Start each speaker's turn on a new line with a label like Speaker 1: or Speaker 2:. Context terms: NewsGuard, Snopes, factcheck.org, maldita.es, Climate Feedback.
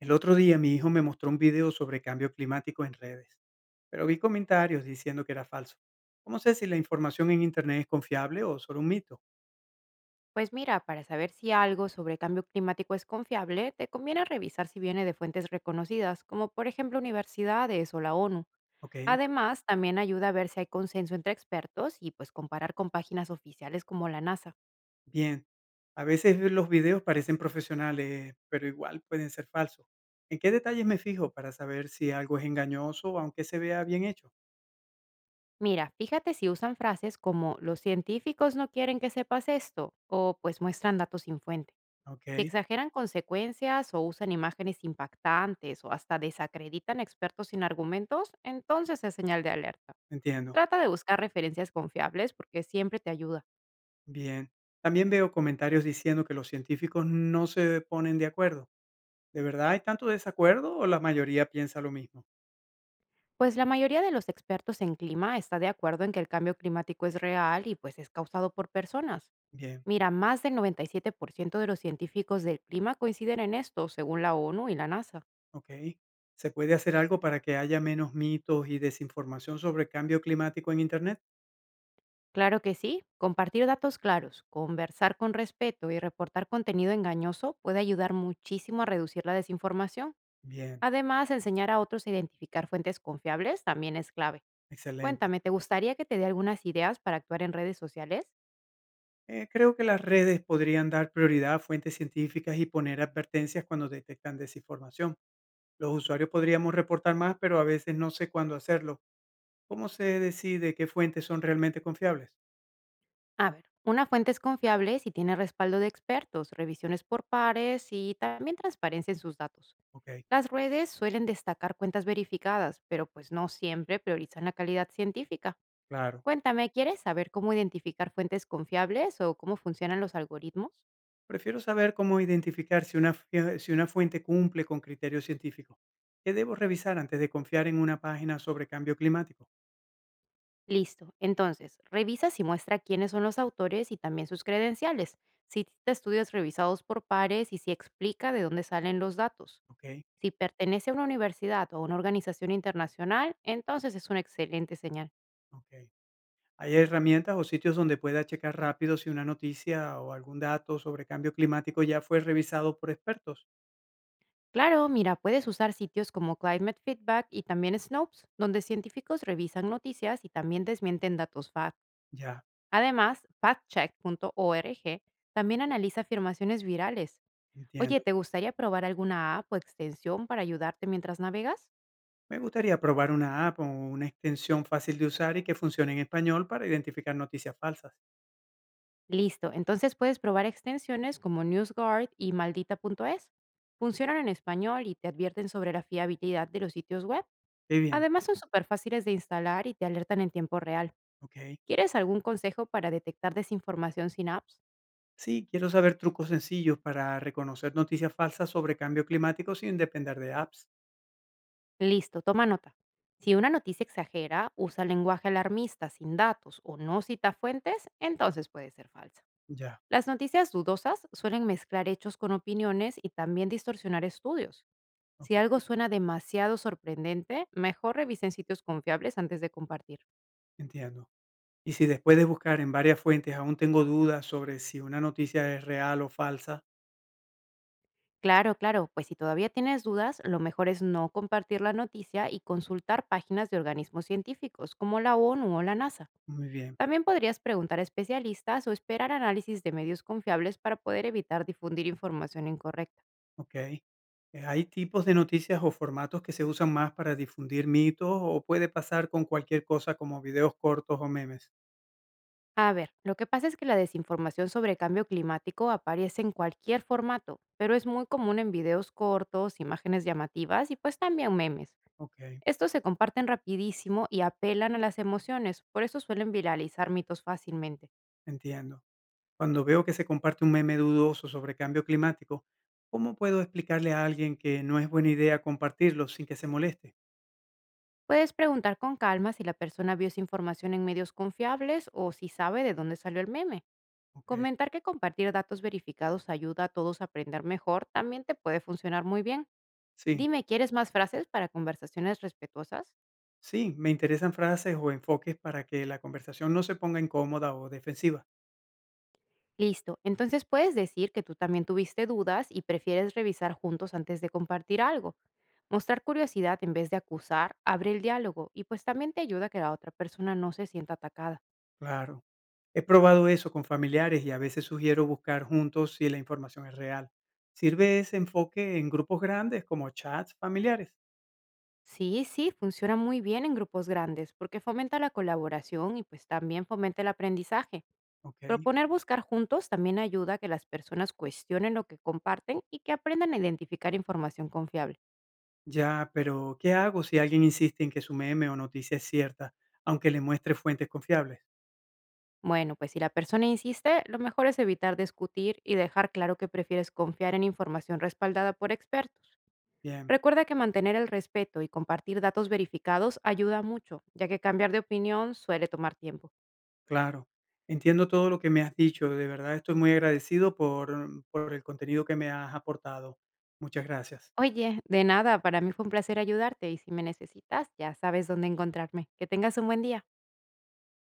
Speaker 1: El otro día mi hijo me mostró un video sobre cambio climático en redes, pero vi comentarios diciendo que era falso. ¿Cómo sé si la información en Internet es confiable o solo un mito?
Speaker 2: Pues mira, para saber si algo sobre cambio climático es confiable, te conviene revisar si viene de fuentes reconocidas, como por ejemplo universidades o la ONU.
Speaker 1: Ok,
Speaker 2: Además, también ayuda a ver si hay consenso entre expertos y pues comparar con páginas oficiales como la NASA.
Speaker 1: bien. A veces los videos parecen profesionales, pero igual pueden ser falsos. ¿En qué detalles me fijo para saber si algo es engañoso, aunque se vea bien hecho?
Speaker 2: Mira, fíjate si usan frases como los científicos no quieren que sepas esto o pues muestran datos sin fuente. Si
Speaker 1: Ok,
Speaker 2: exageran consecuencias o usan imágenes impactantes o hasta desacreditan expertos sin argumentos, entonces es señal de alerta.
Speaker 1: entiendo.
Speaker 2: Trata de buscar referencias confiables porque siempre te ayuda.
Speaker 1: Bien. También veo comentarios diciendo que los científicos no se ponen de acuerdo. ¿De verdad hay tanto desacuerdo o la mayoría piensa lo mismo?
Speaker 2: Pues la mayoría de los expertos en clima está de acuerdo en que el cambio climático es real y pues es causado por personas.
Speaker 1: Bien.
Speaker 2: Mira, más del 97% de los científicos del clima coinciden en esto, según la ONU y la NASA.
Speaker 1: Okey. ¿Se puede hacer algo para que haya menos mitos y desinformación sobre cambio climático en Internet?
Speaker 2: Claro que sí, compartir datos claros, conversar con respeto y reportar contenido engañoso puede ayudar muchísimo a reducir la desinformación.
Speaker 1: Bien,
Speaker 2: Además, enseñar a otros a identificar fuentes confiables también es clave.
Speaker 1: excelente.
Speaker 2: Cuéntame, ¿te gustaría que te dé algunas ideas para actuar en redes sociales?
Speaker 1: Creo que las redes podrían dar prioridad a fuentes científicas y poner advertencias cuando detectan desinformación. Los usuarios podríamos reportar más, pero a veces no sé cuándo hacerlo. ¿Cómo se decide qué fuentes son realmente confiables?
Speaker 2: A ver, una fuente es confiable si tiene respaldo de expertos, revisiones por pares y también transparencia en sus datos.
Speaker 1: Ok,
Speaker 2: Las redes suelen destacar cuentas verificadas, pero pues no siempre priorizan la calidad científica.
Speaker 1: claro.
Speaker 2: Cuéntame, ¿quieres saber cómo identificar fuentes confiables o cómo funcionan los algoritmos?
Speaker 1: Prefiero saber cómo identificar si si una fuente cumple con criterios científicos. ¿Qué debo revisar antes de confiar en una página sobre cambio climático?
Speaker 2: Listo, entonces, revisa si muestra quiénes son los autores y también sus credenciales, si cita estudios revisados por pares y si explica de dónde salen los datos.
Speaker 1: Okey,
Speaker 2: Si pertenece a una universidad o una organización internacional, entonces es una excelente señal.
Speaker 1: okey. ¿Hay herramientas o sitios donde pueda checar rápido si una noticia o algún dato sobre cambio climático ya fue revisado por expertos?
Speaker 2: Claro, mira, puedes usar sitios como Climate Feedback y también Snopes, donde científicos revisan noticias y también desmienten datos fact.
Speaker 1: Ya,
Speaker 2: Además, factcheck.org también analiza afirmaciones virales. Oye,
Speaker 1: entiendo.
Speaker 2: ¿te gustaría probar alguna app o extensión para ayudarte mientras navegas?
Speaker 1: Me gustaría probar una app o una extensión fácil de usar y que funcione en español para identificar noticias falsas.
Speaker 2: Listo, entonces puedes probar extensiones como NewsGuard y maldita.es. Funcionan en español y te advierten sobre la fiabilidad de los sitios web.
Speaker 1: Qué bien,
Speaker 2: Además, son superfáciles de instalar y te alertan en tiempo real.
Speaker 1: okey.
Speaker 2: ¿Quieres algún consejo para detectar desinformación sin apps?
Speaker 1: Sí, quiero saber trucos sencillos para reconocer noticias falsas sobre cambio climático sin depender de apps.
Speaker 2: Listo, toma nota. Si una noticia exagera, usa lenguaje alarmista sin datos o no cita fuentes, entonces puede ser falsa.
Speaker 1: Ya,
Speaker 2: Las noticias dudosas suelen mezclar hechos con opiniones y también distorsionar estudios. Si algo
Speaker 1: okey,
Speaker 2: suena demasiado sorprendente, mejor revisen sitios confiables antes de compartir.
Speaker 1: entiendo. Y si después de buscar en varias fuentes aún tengo dudas sobre si una noticia es real o falsa.
Speaker 2: Claro, claro, pues si todavía tienes dudas, lo mejor es no compartir la noticia y consultar páginas de organismos científicos como la ONU o la NASA.
Speaker 1: Muy bien,
Speaker 2: También podrías preguntar a especialistas o esperar análisis de medios confiables para poder evitar difundir información incorrecta.
Speaker 1: okey. ¿Hay tipos de noticias o formatos que se usan más para difundir mitos o puede pasar con cualquier cosa como videos cortos o memes?
Speaker 2: A ver, lo que pasa es que la desinformación sobre cambio climático aparece en cualquier formato, pero es muy común en videos cortos, imágenes llamativas y pues también memes.
Speaker 1: Okey,
Speaker 2: Estos se comparten rapidísimo y apelan a las emociones, por eso suelen viralizar mitos fácilmente.
Speaker 1: entiendo. Cuando veo que se comparte un meme dudoso sobre cambio climático, ¿cómo puedo explicarle a alguien que no es buena idea compartirlo sin que se moleste?
Speaker 2: Puedes preguntar con calma si la persona vio esa información en medios confiables o si sabe de dónde salió el meme.
Speaker 1: Okey,
Speaker 2: Comentar que compartir datos verificados ayuda a todos a aprender mejor también te puede funcionar muy bien.
Speaker 1: sí,
Speaker 2: Dime, ¿quieres más frases para conversaciones respetuosas?
Speaker 1: sí, me interesan frases o enfoques para que la conversación no se ponga incómoda o defensiva.
Speaker 2: Listo, entonces puedes decir que tú también tuviste dudas y prefieres revisar juntos antes de compartir algo. Mostrar curiosidad en vez de acusar abre el diálogo y pues también te ayuda a que la otra persona no se sienta atacada.
Speaker 1: Claro. He probado eso con familiares y a veces sugiero buscar juntos si la información es real. ¿Sirve ese enfoque en grupos grandes como chats familiares?
Speaker 2: Sí, sí, funciona muy bien en grupos grandes porque fomenta la colaboración y pues también fomenta el aprendizaje.
Speaker 1: Ok.
Speaker 2: Proponer buscar juntos también ayuda a que las personas cuestionen lo que comparten y que aprendan a identificar información confiable.
Speaker 1: Ya, pero ¿qué hago si alguien insiste en que su meme o noticia es cierta, aunque le muestre fuentes confiables?
Speaker 2: Bueno, pues si la persona insiste, lo mejor es evitar discutir y dejar claro que prefieres confiar en información respaldada por expertos.
Speaker 1: Bien,
Speaker 2: Recuerda que mantener el respeto y compartir datos verificados ayuda mucho, ya que cambiar de opinión suele tomar tiempo.
Speaker 1: claro. Entiendo todo lo que me has dicho. De verdad estoy muy agradecido por el contenido que me has aportado. Muchas gracias.
Speaker 2: Oye, de nada, para mí fue un placer ayudarte y si me necesitas, ya sabes dónde encontrarme. Que tengas un buen día.